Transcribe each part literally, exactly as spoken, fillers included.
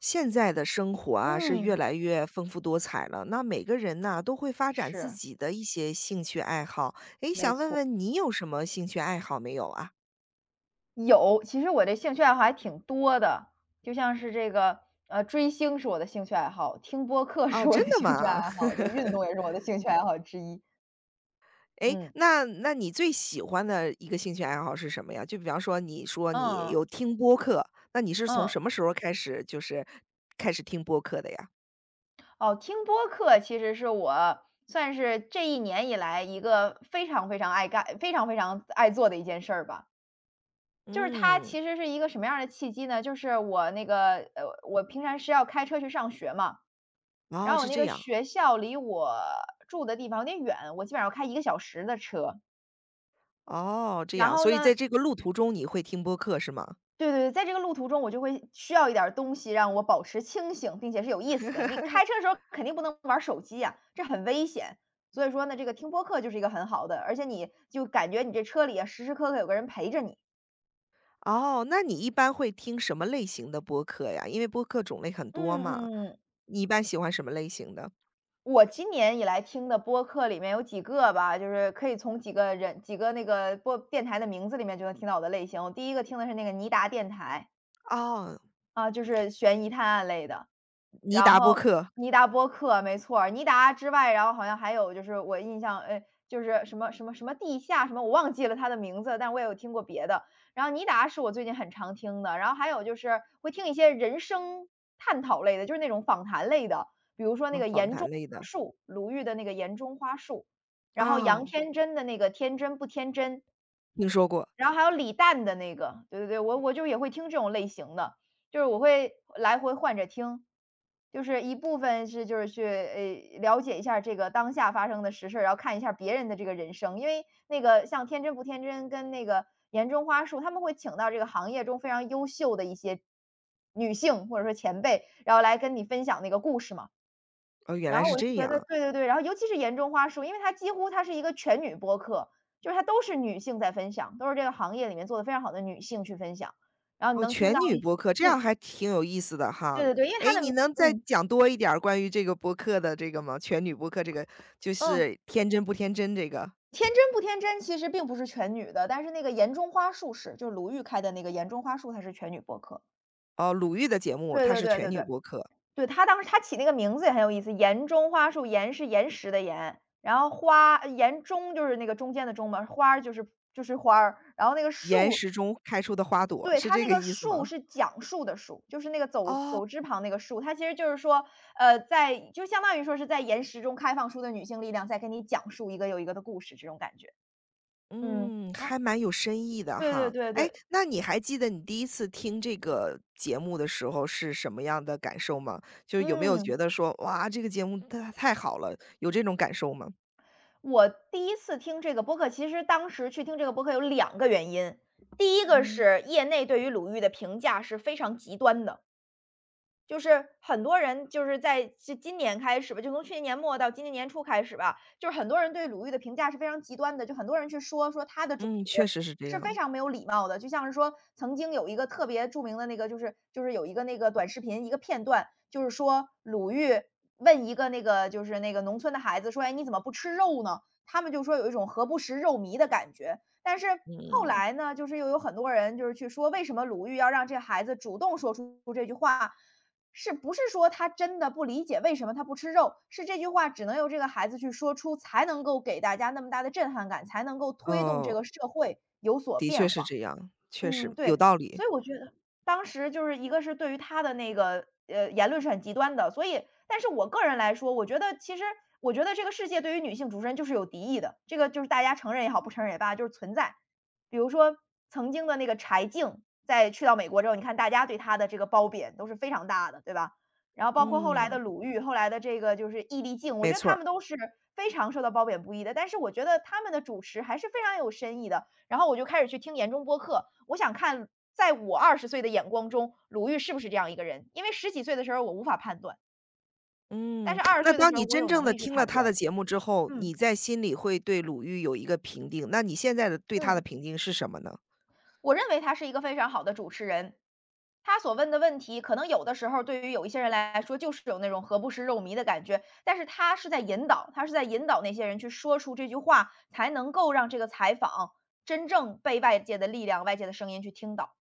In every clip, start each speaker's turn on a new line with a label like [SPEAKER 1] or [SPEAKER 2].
[SPEAKER 1] 现在的生活啊，是越
[SPEAKER 2] 嗯，
[SPEAKER 1] 来越丰富多彩了。那每个人呢，都会发展自
[SPEAKER 2] 是，
[SPEAKER 1] 己的一些兴趣爱好。诶，
[SPEAKER 2] 没
[SPEAKER 1] 想问
[SPEAKER 2] 错。
[SPEAKER 1] 问你有什么兴趣爱好没有啊？
[SPEAKER 2] 有，其实我这兴趣爱好还挺多的，就像是这个，呃，追星是我的兴趣爱好，听播客
[SPEAKER 1] 哦，
[SPEAKER 2] 是我
[SPEAKER 1] 真
[SPEAKER 2] 的
[SPEAKER 1] 的吗？
[SPEAKER 2] 兴趣爱好，对，运动也是我的兴趣爱好之一。
[SPEAKER 1] 诶，
[SPEAKER 2] 嗯，
[SPEAKER 1] 那那你最喜欢的一个兴趣爱好是什么呀？就比方说，你说你
[SPEAKER 2] 嗯，
[SPEAKER 1] 有听播客，那你是从什
[SPEAKER 2] 嗯，
[SPEAKER 1] 么时候开始，就是开始听播客的呀？
[SPEAKER 2] 哦，听播客其实是我算是这一年以来一个非常非常爱干、非常非常爱做的一件事儿吧。就是它
[SPEAKER 1] 嗯。
[SPEAKER 2] 其实是一个什么样的契机呢？就是我那个，呃，我平常是要开车去上学嘛，然
[SPEAKER 1] 哦，
[SPEAKER 2] 后我
[SPEAKER 1] 是
[SPEAKER 2] 那
[SPEAKER 1] 这
[SPEAKER 2] 个
[SPEAKER 1] 样。
[SPEAKER 2] 学校离我住的地方有点远，我基本上要开一个小时的车。
[SPEAKER 1] 哦，这
[SPEAKER 2] 然
[SPEAKER 1] 样，
[SPEAKER 2] 后
[SPEAKER 1] 所以在
[SPEAKER 2] 呢
[SPEAKER 1] 这个路途中你会听播客是吗？
[SPEAKER 2] 对对对，在这个路途中我就会需要一点儿东西让我保持清醒，并且是有意思的。你开车的时候肯定不能玩儿手机呀，这很危险。所以说呢，这个听播客就是一个很好的，而且你就感觉你这车里啊，时时刻刻有个人陪着你。
[SPEAKER 1] 哦，那你一般会听什么类型的播客呀？因为播客种类很多
[SPEAKER 2] 嗯
[SPEAKER 1] 嘛，
[SPEAKER 2] 嗯嗯，
[SPEAKER 1] 你一般喜欢什么类型的？
[SPEAKER 2] 我今年以来听的播客里面有几个吧，就是可以从几个人几个那个播电台的名字里面就能听到我的类型。我第一个听的是那个尼达电台。
[SPEAKER 1] 哦，
[SPEAKER 2] 啊，就是悬疑探案类的。
[SPEAKER 1] 尼
[SPEAKER 2] 然
[SPEAKER 1] 达播
[SPEAKER 2] 后
[SPEAKER 1] 客。
[SPEAKER 2] 尼达波克，没错儿，尼达之外，然后好像还有就是我印象，哎，就是什么什么什么地下什么，我忘记了它的名字，但我也有听过别的。然后尼达是我最近很常听的，然后还有就是会听一些人生探讨类的，就是那种访谈类的，比如说那
[SPEAKER 1] 嗯，
[SPEAKER 2] 个
[SPEAKER 1] 访
[SPEAKER 2] 《岩
[SPEAKER 1] 谈
[SPEAKER 2] 中
[SPEAKER 1] 类
[SPEAKER 2] 花
[SPEAKER 1] 的。
[SPEAKER 2] 树》，鲁豫的那个《岩中花树》，然后杨
[SPEAKER 1] 哦，
[SPEAKER 2] 天真的那个《天真不天真》，
[SPEAKER 1] 听说过。
[SPEAKER 2] 然后还有李诞的那个，对对对，我我就也会听这种类型的，就是我会来回换着听。就是一部分是就是去，呃，了解一下这个当下发生的实事儿然后看一下别人的这个人生。因为那个像《天真不天真》跟那个《岩中花树》，他们会请到这个行业中非常优秀的一些女性或者说前辈，然后来跟你分享那个故事嘛。
[SPEAKER 1] 哦，原
[SPEAKER 2] 然
[SPEAKER 1] 来
[SPEAKER 2] 后
[SPEAKER 1] 是
[SPEAKER 2] 我就
[SPEAKER 1] 这
[SPEAKER 2] 觉得
[SPEAKER 1] 样。
[SPEAKER 2] 对对对，然后尤其是岩中花树，因为它几乎它是一个全女播客，就是它都是女性在分享，都是这个行业里面做的非常好的女性去分享。然后你
[SPEAKER 1] 哦，
[SPEAKER 2] 能听
[SPEAKER 1] 全
[SPEAKER 2] 到
[SPEAKER 1] 女
[SPEAKER 2] 一些
[SPEAKER 1] 播客，这
[SPEAKER 2] 嗯，
[SPEAKER 1] 样还挺有意思的哈。
[SPEAKER 2] 对对对，因为它
[SPEAKER 1] 诶，
[SPEAKER 2] 的
[SPEAKER 1] 你能再
[SPEAKER 2] 嗯，
[SPEAKER 1] 讲多一点儿关于这个播客的这个吗？全女播客这个就
[SPEAKER 2] 嗯，
[SPEAKER 1] 是天真不天真这个。
[SPEAKER 2] 天真不天真其实并不是全女的，但是那个岩中花树是，就是鲁豫开的那个岩中花树，它是全女播客。
[SPEAKER 1] 哦，鲁豫的节目
[SPEAKER 2] 对
[SPEAKER 1] 它
[SPEAKER 2] 对
[SPEAKER 1] 是
[SPEAKER 2] 对
[SPEAKER 1] 全
[SPEAKER 2] 对
[SPEAKER 1] 女
[SPEAKER 2] 对，
[SPEAKER 1] 播客，
[SPEAKER 2] 对，她当时她起那个名字也很有意思，岩中花树，岩是岩石的岩，然后花呃岩中就是那个中间的中嘛，花儿就是就是花儿，然后那个
[SPEAKER 1] 岩
[SPEAKER 2] 树
[SPEAKER 1] 石中开出的花朵，
[SPEAKER 2] 对，
[SPEAKER 1] 是
[SPEAKER 2] 它
[SPEAKER 1] 这
[SPEAKER 2] 那
[SPEAKER 1] 个
[SPEAKER 2] 个
[SPEAKER 1] 意思
[SPEAKER 2] “树"
[SPEAKER 1] 吗？
[SPEAKER 2] 是讲述的"树"，就是那个走
[SPEAKER 1] 哦。
[SPEAKER 2] 走之旁那个"树"，它其实就是说，呃，在就相当于说是在岩石中开放出的女性力量，在跟你讲述一个又一个的故事，这种感觉。嗯，
[SPEAKER 1] 嗯，
[SPEAKER 2] 啊，
[SPEAKER 1] 还蛮有深意的
[SPEAKER 2] 对对
[SPEAKER 1] 哈。
[SPEAKER 2] 对
[SPEAKER 1] 哎，
[SPEAKER 2] 对，
[SPEAKER 1] 那你还记得你第一次听这个节目的时候是什么样的感受吗？就是有没有觉
[SPEAKER 2] 嗯。
[SPEAKER 1] 得说，哇，这个节目它太好了，有这种感受吗？
[SPEAKER 2] 我第一次听这个播客，其实当时去听这个播客有两个原因。第一个
[SPEAKER 1] 嗯。
[SPEAKER 2] 是业内对于鲁豫的评价是非常极端的。就是很多人就是在这今年开始吧，就从去年年末到今年年初开始吧，就是很多人对鲁豫的评价是非常极端的，就很多人去说说她的主持
[SPEAKER 1] 嗯，确实是这
[SPEAKER 2] 是非
[SPEAKER 1] 样。
[SPEAKER 2] 常没有礼貌的，就像是说曾经有一个特别著名的那个，就是就是有一个那个短视频一个片段，就是说鲁豫问一个那个就是那个农村的孩子说，哎，你怎么不吃肉呢？他们就说有一种何不食肉糜的感觉，但是。后
[SPEAKER 1] 嗯。
[SPEAKER 2] 来呢，就是又有很多人就是去说，为什么鲁豫要让这个孩子主动说出这句话？是不是说他真的不理解为什么他不吃肉？是这句话只能由这个孩子去说出，才能够给大家那么大的震撼感，才能够推动这
[SPEAKER 1] 哦，
[SPEAKER 2] 个社会有所
[SPEAKER 1] 的确
[SPEAKER 2] 变
[SPEAKER 1] 是
[SPEAKER 2] 化。
[SPEAKER 1] 这样，确实，
[SPEAKER 2] 嗯，
[SPEAKER 1] 有
[SPEAKER 2] 对，
[SPEAKER 1] 道理。
[SPEAKER 2] 所以我觉得当时就是一个是对于他的那个，呃，言论是很极端的，所以但是我个人来说，我觉得其实我觉得这个世界对于女性主持人就是有敌意的，这个就是大家承认也好，不承认也罢，就是存在。比如说曾经的那个柴静，在去到美国之后，你看大家对她的这个褒贬都是非常大的，对吧？然后包括后来的
[SPEAKER 1] 嗯。
[SPEAKER 2] 鲁豫，后来的这个就是易立竞，我
[SPEAKER 1] 没
[SPEAKER 2] 觉得
[SPEAKER 1] 错
[SPEAKER 2] 他
[SPEAKER 1] 儿。
[SPEAKER 2] 们都是非常受到褒贬不一的，但是我觉得他们的主持还是非常有深意的。然后我就开始去听言中播客，我想看在我二十岁的眼光中，鲁豫是不是这样一个人？因为十几岁的时候我无法判断，但
[SPEAKER 1] 嗯，
[SPEAKER 2] 是二十
[SPEAKER 1] 那
[SPEAKER 2] 岁的
[SPEAKER 1] 当
[SPEAKER 2] 时候
[SPEAKER 1] 你
[SPEAKER 2] 我
[SPEAKER 1] 真
[SPEAKER 2] 有
[SPEAKER 1] 正
[SPEAKER 2] 能
[SPEAKER 1] 的
[SPEAKER 2] 力去
[SPEAKER 1] 听了
[SPEAKER 2] 判
[SPEAKER 1] 他的
[SPEAKER 2] 断。
[SPEAKER 1] 节目之后，
[SPEAKER 2] 嗯
[SPEAKER 1] 你在心里会对鲁豫有一个评定，那你现在的对他的
[SPEAKER 2] 嗯，
[SPEAKER 1] 评定是什么呢？
[SPEAKER 2] 我认为他是一个非常好的主持人。他所问的问题，可能有的时候对于有一些人来说，就是有那种何不食肉糜的感觉，但是他是在引导，他是在引导那些人去说出这句话，才能够让这个采访真正被外界的力量、外界的声音去听到。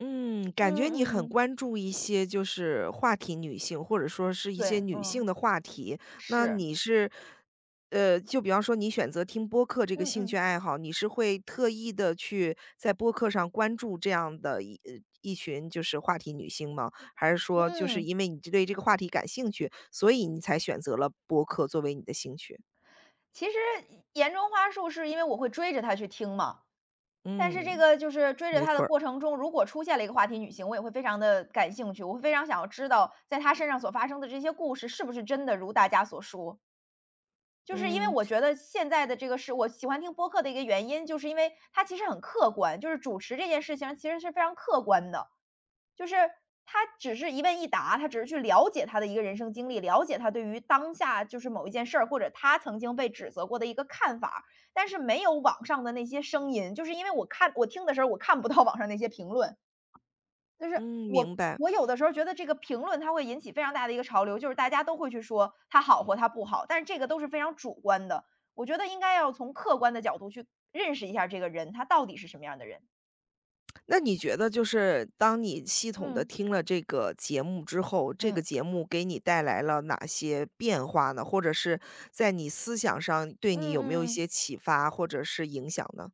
[SPEAKER 1] 嗯，
[SPEAKER 2] 嗯
[SPEAKER 1] 感觉你很
[SPEAKER 2] 嗯嗯，
[SPEAKER 1] 关注一些就是话题女性，或者说是一些
[SPEAKER 2] 对，
[SPEAKER 1] 女性
[SPEAKER 2] 嗯，
[SPEAKER 1] 的话题。那
[SPEAKER 2] 是。
[SPEAKER 1] 你是，呃，就比方说你选择听播客这个
[SPEAKER 2] 嗯
[SPEAKER 1] 兴趣
[SPEAKER 2] 嗯
[SPEAKER 1] 爱好，你是会特意的去在播客上关注这样的一呃，一群就是话题女性吗？还是说就是
[SPEAKER 2] 嗯，
[SPEAKER 1] 因为你对这个话题感兴趣，所以你才选择了播客作为你的兴趣？
[SPEAKER 2] 其实《岩中花树》是因为我会追着它去听嘛，但是这
[SPEAKER 1] 嗯，
[SPEAKER 2] 个就是追着
[SPEAKER 1] 没
[SPEAKER 2] 它的
[SPEAKER 1] 错儿。
[SPEAKER 2] 过程中，如果出现了一个话题女性，我也会非常的感兴趣，我会非常想要知道在她身上所发生的这些故事是不是真的如大家所说。就是因为
[SPEAKER 1] 嗯。
[SPEAKER 2] 我觉得现在的这个是我喜欢听播客的一个原因，就是因为它其实很客观，就是主持这件事情其实是非常客观的。就是他只是一问一答，他只是去了解他的一个人生经历，了解他对于当下就是某一件事儿，或者他曾经被指责过的一个看法，但是没有网上的那些声音，就是因为我看我听的时候，我看不到网上那些评论，就是
[SPEAKER 1] 嗯，
[SPEAKER 2] 我。
[SPEAKER 1] 明白。
[SPEAKER 2] 我有的时候觉得这个评论它会引起非常大的一个潮流，就是大家都会去说他好或他不好，但是这个都是非常主观的。我觉得应该要从客观的角度去认识一下这个人，他到底是什么样的人。
[SPEAKER 1] 那你觉得就是当你系统的听了这个节目之后，这个
[SPEAKER 2] 嗯
[SPEAKER 1] 节目给你带来了哪些变化呢？或者是在你思想上对
[SPEAKER 2] 嗯
[SPEAKER 1] 你
[SPEAKER 2] 嗯
[SPEAKER 1] 有没有一
[SPEAKER 2] 嗯
[SPEAKER 1] 些
[SPEAKER 2] 嗯。
[SPEAKER 1] 启发或者是影响呢？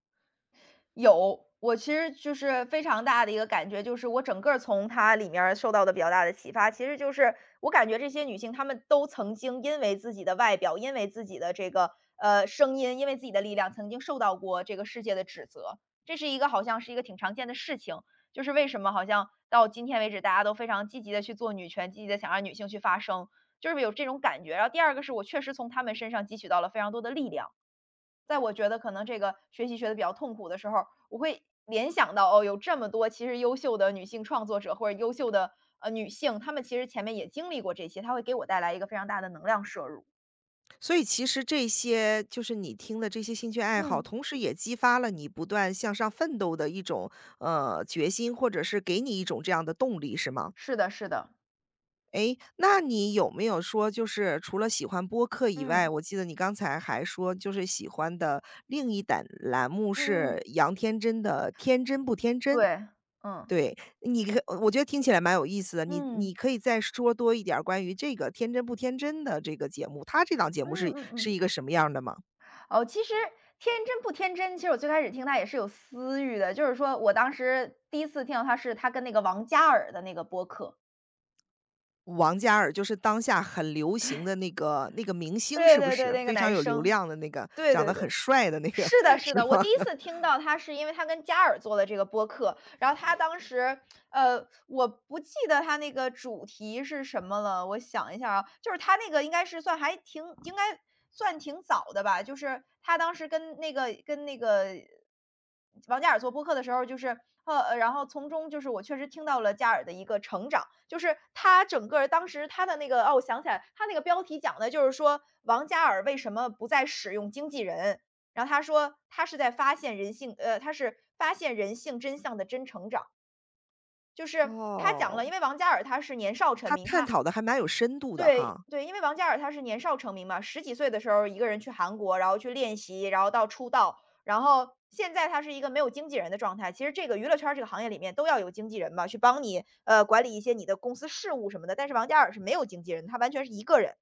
[SPEAKER 2] 有，我其实就是非常大的一个感觉，就是我整个儿从它里面儿受到的比较大的启发，其实就是我感觉这些女性她们都曾经因为自己的外表，因为自己的这个呃声音，因为自己的力量，曾经受到过这个世界的指责。这是一个好像是一个挺常见的事情，就是为什么好像到今天为止，大家都非常积极的去做女权，积极的想让女性去发声，就是有这种感觉。然后第二个是我确实从她们身上汲取到了非常多的力量。在我觉得可能这个学习学的比较痛苦的时候，我会联想到，哦，有这么多其实优秀的女性创作者或者优秀的，呃，女性，她们其实前面也经历过这些，她会给我带来一个非常大的能量摄入。
[SPEAKER 1] 所以其实这些就是你听的这些兴趣爱好，
[SPEAKER 2] 嗯，
[SPEAKER 1] 同时也激发了你不断向上奋斗的一种，呃，决心，或者是给你一种这样的动力，是吗？
[SPEAKER 2] 是的是的，
[SPEAKER 1] 诶，那你有没有说就是除了喜欢播客以外，
[SPEAKER 2] 嗯，
[SPEAKER 1] 我记得你刚才还说就是喜欢的另一档栏目
[SPEAKER 2] 嗯
[SPEAKER 1] 是
[SPEAKER 2] 嗯。
[SPEAKER 1] 杨天真的《天真不天真》。
[SPEAKER 2] 对，嗯。
[SPEAKER 1] 对，你可我觉得听起来蛮有意思的，你你
[SPEAKER 2] 嗯，
[SPEAKER 1] 可以再说多一点儿关于这个《天真不天真》的这个节目，他这档节目
[SPEAKER 2] 嗯
[SPEAKER 1] 是
[SPEAKER 2] 嗯
[SPEAKER 1] 是
[SPEAKER 2] 嗯。
[SPEAKER 1] 一个什么样儿的吗？
[SPEAKER 2] 哦，其实天真不天真，其实我最开始听她也是有私欲的，就是说我当时第一次听到她是她跟那个王嘉尔的那个播客。
[SPEAKER 1] 王嘉尔就是当下很流行的那个那个明星
[SPEAKER 2] 对
[SPEAKER 1] 是不
[SPEAKER 2] 对对，
[SPEAKER 1] 是？
[SPEAKER 2] 那个
[SPEAKER 1] 非常
[SPEAKER 2] 男
[SPEAKER 1] 有流
[SPEAKER 2] 生，
[SPEAKER 1] 量的那个，
[SPEAKER 2] 对
[SPEAKER 1] 长
[SPEAKER 2] 对
[SPEAKER 1] 得很
[SPEAKER 2] 对。
[SPEAKER 1] 帅的那个，
[SPEAKER 2] 是的，是
[SPEAKER 1] 是
[SPEAKER 2] 的，我
[SPEAKER 1] 吗？
[SPEAKER 2] 第一次听到他是因为他跟嘉尔做的这个播客，然后他当时，呃，我不记得他那个主题是什么了，我想一下啊，就是他那个应该是算还挺，应该算挺早的吧，就是他当时跟那个跟那个王嘉尔做播客的时候，就是呃，然后从中就是我确实听到了嘉尔的一个成长，就是他整个当时他的那个哦，我想起来，他那个标题讲的就是说王嘉尔为什么不再使用经纪人，然后他说他是在发现人性呃，他是发现人性真相的真成长。就是他讲
[SPEAKER 1] 哦。
[SPEAKER 2] 了，因为王嘉尔他是年少成
[SPEAKER 1] 他
[SPEAKER 2] 名，
[SPEAKER 1] 探
[SPEAKER 2] 他
[SPEAKER 1] 讨的还蛮有深度的
[SPEAKER 2] 对
[SPEAKER 1] 哈。
[SPEAKER 2] 对，因为王嘉尔他是年少成名嘛，十几岁的时候一个人去韩国，然后去练习，然后到出道，然后现在他是一个没有经纪人的状态。其实这个娱乐圈儿这个行业里面都要有经纪人嘛，去帮你，呃，管理一些你的公司事务什么的，但是王嘉尔是没有经纪人，他完全是一个人。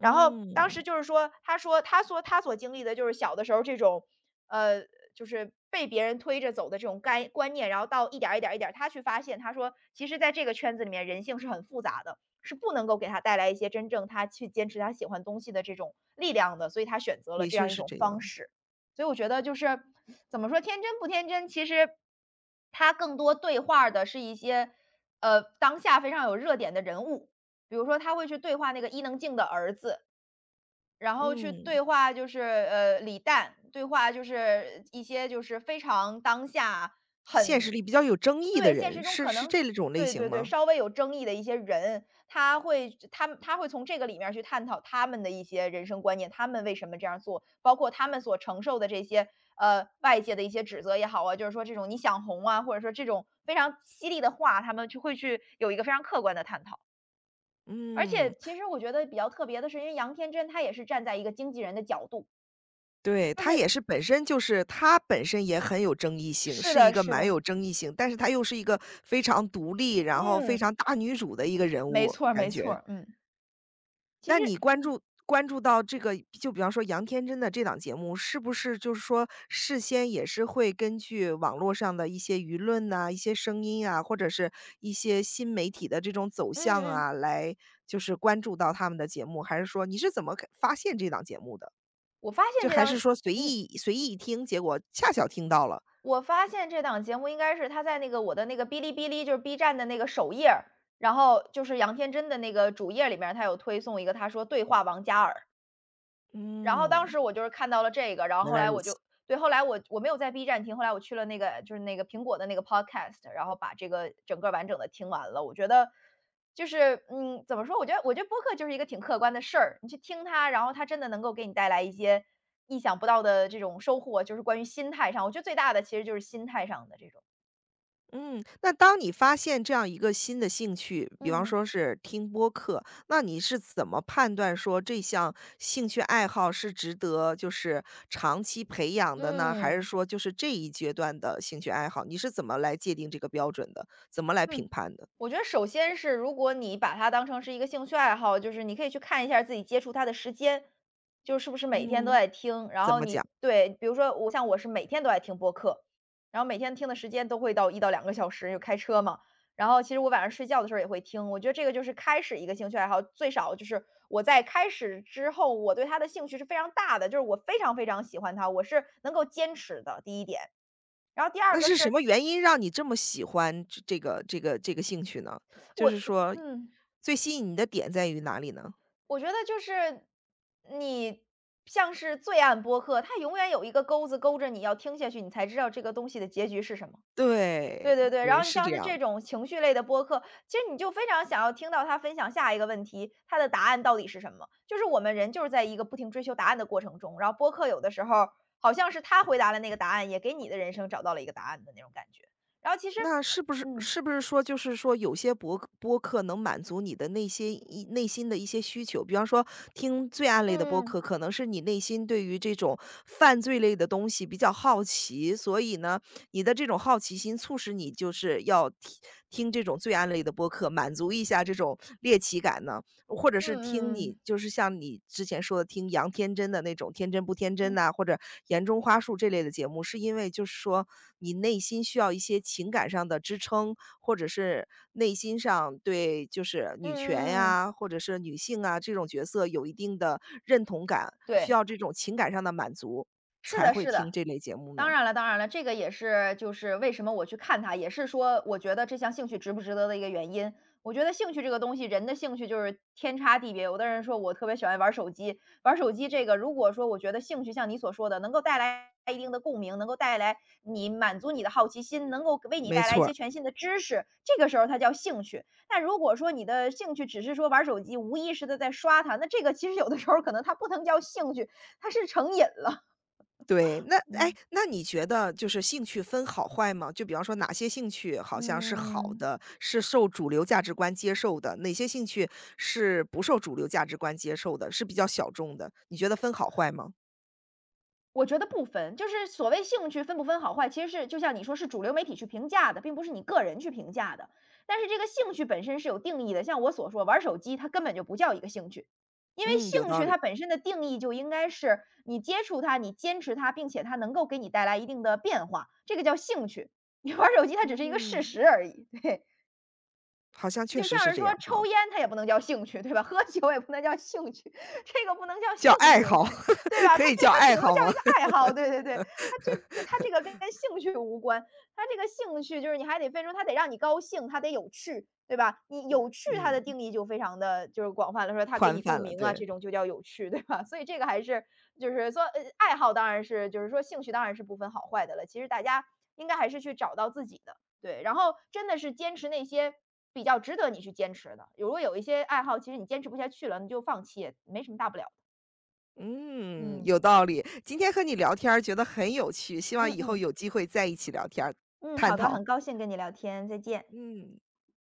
[SPEAKER 2] 然后当时就是说，他说他说他所经历的就是小的时候这种，呃，就是被别人推着走的这种概观念，然后到一点儿一点儿一点儿他去发现，他说其实在这个圈子里面人性是很复杂的，是不能够给他带来一些真正他去坚持他喜欢东西的这种力量的，所以他选择了
[SPEAKER 1] 的
[SPEAKER 2] 这
[SPEAKER 1] 确
[SPEAKER 2] 样一
[SPEAKER 1] 是
[SPEAKER 2] 种
[SPEAKER 1] 这
[SPEAKER 2] 方
[SPEAKER 1] 样。
[SPEAKER 2] 式。所以我觉得就是怎么说天真不天真，其实他更多对话的是一些呃当下非常有热点的人物，比如说他会去对话那个伊能静的儿子，然后去
[SPEAKER 1] 嗯。
[SPEAKER 2] 对话就是呃李诞，对话就是一些就是非常当下
[SPEAKER 1] 现实
[SPEAKER 2] 很
[SPEAKER 1] 里比较有争议的
[SPEAKER 2] 对现实
[SPEAKER 1] 人，
[SPEAKER 2] 中
[SPEAKER 1] 是
[SPEAKER 2] 可
[SPEAKER 1] 是
[SPEAKER 2] 能是
[SPEAKER 1] 这种类
[SPEAKER 2] 对
[SPEAKER 1] 型
[SPEAKER 2] 对对，
[SPEAKER 1] 吗？
[SPEAKER 2] 稍微有争议的一些人，他会他们他会从这个里面儿去探讨他们的一些人生观念，他们为什么这样做，包括他们所承受的这些呃外界的一些指责也好啊，就是说这种你想红啊，或者说这种非常犀利的话，他们就会去有一个非常客观的探讨。而且
[SPEAKER 1] 嗯。
[SPEAKER 2] 其实我觉得比较特别的是，因为杨天真她也是站在一个经纪人的角度，
[SPEAKER 1] 对，
[SPEAKER 2] 就
[SPEAKER 1] 他
[SPEAKER 2] 是
[SPEAKER 1] 也是本身就是他本身也很有争议性，
[SPEAKER 2] 是
[SPEAKER 1] 是一
[SPEAKER 2] 的
[SPEAKER 1] 个
[SPEAKER 2] 是
[SPEAKER 1] 蛮
[SPEAKER 2] 的，
[SPEAKER 1] 有争议性，但是他又是一个非常独立，然后非
[SPEAKER 2] 嗯。
[SPEAKER 1] 常大女主的一个人
[SPEAKER 2] 没
[SPEAKER 1] 物，
[SPEAKER 2] 错儿
[SPEAKER 1] 感
[SPEAKER 2] 没错
[SPEAKER 1] 觉。
[SPEAKER 2] 儿，嗯。其
[SPEAKER 1] 那
[SPEAKER 2] 实
[SPEAKER 1] 你关注关注到这个就比方说杨天真的这档节目，是不是就是说事先也是会根据网络上的一些舆论呐、一些声音啊，或者是一些新媒体的这种走
[SPEAKER 2] 嗯
[SPEAKER 1] 向
[SPEAKER 2] 嗯。
[SPEAKER 1] 啊，来就是关注到他们的节目？还是说你是怎么看发现这档节目的？
[SPEAKER 2] 我发现
[SPEAKER 1] 就
[SPEAKER 2] 这
[SPEAKER 1] 还是
[SPEAKER 2] 档
[SPEAKER 1] 说随
[SPEAKER 2] 嗯，
[SPEAKER 1] 意随意一听，结果恰巧听到了？
[SPEAKER 2] 我发现这档节目应该是他在那个我的那个哔哩哔哩，就是 B 站的那个首页儿然后就是杨天真的那个主页里面儿他有推送一个，他说："对话王嘉尔。"然后当
[SPEAKER 1] 嗯，
[SPEAKER 2] 时我就是看到了这个，然后
[SPEAKER 1] 原
[SPEAKER 2] 后
[SPEAKER 1] 来
[SPEAKER 2] 来
[SPEAKER 1] 如
[SPEAKER 2] 我
[SPEAKER 1] 此。
[SPEAKER 2] 就对，后来我我没有在 B 站听，后来我去了那个就是那个苹果的那个 Podcast，然后把这个整个完整的听完了。我觉得就是，嗯，怎么说？我觉得我觉得播客就是一个挺客观的事儿，你去听它，然后它真的能够给你带来一些意想不到的这种收获，就是关于心态上，我觉得最大的其实就是心态上的这种。
[SPEAKER 1] 嗯，那当你发现这样一个新的兴趣，比方
[SPEAKER 2] 嗯，
[SPEAKER 1] 说是听播客，那你是怎么判断说这项兴趣爱好是值得就是长期培养的呢？还是
[SPEAKER 2] 嗯。
[SPEAKER 1] 说就是这一阶段的兴趣爱好，你是怎么来界定这个标准的？怎么来评
[SPEAKER 2] 嗯，
[SPEAKER 1] 判的？
[SPEAKER 2] 我觉得首先是如果你把它当成是一个兴趣爱好，就是你可以去看一下自己接触它的时间，就是不是每天都
[SPEAKER 1] 嗯。
[SPEAKER 2] 在听。然
[SPEAKER 1] 怎
[SPEAKER 2] 后
[SPEAKER 1] 么
[SPEAKER 2] 你
[SPEAKER 1] 讲？
[SPEAKER 2] 对，比如说我像我是每天都在听播客，然后每天听的时间都会到一到两个小时，就开车嘛。然后其实我晚上睡觉的时候也会听，我觉得这个就是开始一个兴趣爱好，最少就是我在开始之后，我对它的兴趣是非常大的，就是我非常非常喜欢它，我是能够坚持的，第一点。然后第二
[SPEAKER 1] 那
[SPEAKER 2] 个
[SPEAKER 1] 是什
[SPEAKER 2] 是
[SPEAKER 1] 么原因让你这么喜欢这这个这个这个兴趣呢？就
[SPEAKER 2] 我，
[SPEAKER 1] 是说
[SPEAKER 2] 嗯，
[SPEAKER 1] 最吸引你的点在于哪里呢？
[SPEAKER 2] 我觉得就是你像是罪案播客，它永远有一个钩子勾着你要听下去，你才知道这个东西的结局是什么。对对
[SPEAKER 1] 对。
[SPEAKER 2] 对，然
[SPEAKER 1] 对，
[SPEAKER 2] 后你
[SPEAKER 1] 是这
[SPEAKER 2] 像是这
[SPEAKER 1] 样。
[SPEAKER 2] 种情绪类的播客，其实你就非常想要听到他分享下一个问题，他的答案到底是什么？就是我们人就是在一个不停追求答案的过程中，然后播客有的时候好像是他回答了那个答案，也给你的人生找到了一个答案的那种感觉。然后其实，
[SPEAKER 1] 那是不是
[SPEAKER 2] 嗯
[SPEAKER 1] 是不是说就是说有些博客播客能满足你的那些一内心的一些需求？比方说听罪案类的播
[SPEAKER 2] 嗯
[SPEAKER 1] 客，可能是你内心对于这种犯罪类的东西比较好奇，所以呢，你的这种好奇心促使你就是要听听这种罪案类的播客，满足一下这种猎奇感。呢？或者
[SPEAKER 2] 嗯
[SPEAKER 1] 是听
[SPEAKER 2] 嗯
[SPEAKER 1] 你
[SPEAKER 2] 嗯
[SPEAKER 1] 就是像你之前说的听杨天真的那种“天真不天真”
[SPEAKER 2] 嗯
[SPEAKER 1] 呐，或
[SPEAKER 2] 嗯
[SPEAKER 1] 者“言中花树”这类的节目，是因为就是说你内心需要一些情感上的支撑，或者是内心上对就是女权
[SPEAKER 2] 嗯嗯
[SPEAKER 1] 呀，或者是女性啊，这种角色有一定的认同感，需
[SPEAKER 2] 对，
[SPEAKER 1] 要这种情感上的满足，
[SPEAKER 2] 是
[SPEAKER 1] 才
[SPEAKER 2] 的
[SPEAKER 1] 会
[SPEAKER 2] 是
[SPEAKER 1] 听
[SPEAKER 2] 的。
[SPEAKER 1] 这类节目
[SPEAKER 2] 当
[SPEAKER 1] 呢？
[SPEAKER 2] 然了，当然了，这个也是就是为什么我去看它，也是说我觉得这项兴趣值不值得的一个原因。我觉得兴趣这个东西，人的兴趣就是天差地别。有的人说我特别喜欢玩手机，玩手机这个，如果说我觉得兴趣像你所说的，能够带来一定的共鸣，能够带来你满足你的好奇心，能够为你
[SPEAKER 1] 没
[SPEAKER 2] 带来一
[SPEAKER 1] 错
[SPEAKER 2] 些
[SPEAKER 1] 儿。
[SPEAKER 2] 全新的知识，这个时候它叫兴趣。但如果说你的兴趣只是说玩手机，无意识的在刷它，那这个其实有的时候可能它不能叫兴趣，它是成瘾了。
[SPEAKER 1] 对，那哎，
[SPEAKER 2] 嗯
[SPEAKER 1] 那你觉得就是兴趣分好坏吗？就比方说哪些兴趣好像是好
[SPEAKER 2] 嗯，
[SPEAKER 1] 的，是受主流价值观接受的，哪些兴趣是不受主流价值观接受的，是比较小众的，你觉得分好坏吗？
[SPEAKER 2] 我觉得不分，就是所谓兴趣分不分好坏，其实是就像你说是主流媒体去评价的，并不是你个人去评价的。但是这个兴趣本身是有定义的，像我所说，玩手机它根本就不叫一个兴趣，因为
[SPEAKER 1] 嗯，有
[SPEAKER 2] 兴
[SPEAKER 1] 道
[SPEAKER 2] 趣
[SPEAKER 1] 理。
[SPEAKER 2] 它本身的定义就应该是你接触它，你坚持它，并且它能够给你带来一定的变化，这个叫兴趣。你玩手机它只是一个事
[SPEAKER 1] 嗯，
[SPEAKER 2] 实而已，对。
[SPEAKER 1] 好像确
[SPEAKER 2] 就
[SPEAKER 1] 实
[SPEAKER 2] 像
[SPEAKER 1] 是
[SPEAKER 2] 是
[SPEAKER 1] 这
[SPEAKER 2] 说
[SPEAKER 1] 样哈。
[SPEAKER 2] 抽烟它也不能叫兴趣，对吧？喝酒也不能叫兴趣，这个不能叫兴
[SPEAKER 1] 叫
[SPEAKER 2] 趣，
[SPEAKER 1] 爱好，
[SPEAKER 2] 对对 吧？
[SPEAKER 1] 可
[SPEAKER 2] 它
[SPEAKER 1] 以
[SPEAKER 2] 对
[SPEAKER 1] 叫
[SPEAKER 2] 它
[SPEAKER 1] 爱
[SPEAKER 2] 顶多
[SPEAKER 1] 好
[SPEAKER 2] 叫一
[SPEAKER 1] 吗？
[SPEAKER 2] 个 爱好，对对对。它这个它这个跟兴趣无关，它这个兴趣就是你还得分出它得让你高兴，它得有趣，对吧？你有趣它的
[SPEAKER 1] 嗯，
[SPEAKER 2] 定义就非常的就是广泛了，说它给
[SPEAKER 1] 宽
[SPEAKER 2] 你
[SPEAKER 1] 泛
[SPEAKER 2] 共
[SPEAKER 1] 了，
[SPEAKER 2] 鸣啊，
[SPEAKER 1] 对。
[SPEAKER 2] 这种就叫有趣，对吧？所以这个还是就是说，呃，爱好当然是就是说兴趣当然是不分好坏的了，其实大家应该还是去找到自己的。对，然后真的是坚持那些比较值得你去坚持的。如果有一些爱好，其实你坚持不下去了，你就放弃，也没什么大不了的。
[SPEAKER 1] 嗯，
[SPEAKER 2] 嗯。
[SPEAKER 1] 有道理。今天和你聊天儿觉得很有趣，希望
[SPEAKER 2] 嗯
[SPEAKER 1] 以后
[SPEAKER 2] 嗯
[SPEAKER 1] 有机会在一起聊天儿
[SPEAKER 2] 嗯，
[SPEAKER 1] 探
[SPEAKER 2] 好的，
[SPEAKER 1] 讨。
[SPEAKER 2] 很高兴跟你聊天，再见。
[SPEAKER 1] 嗯。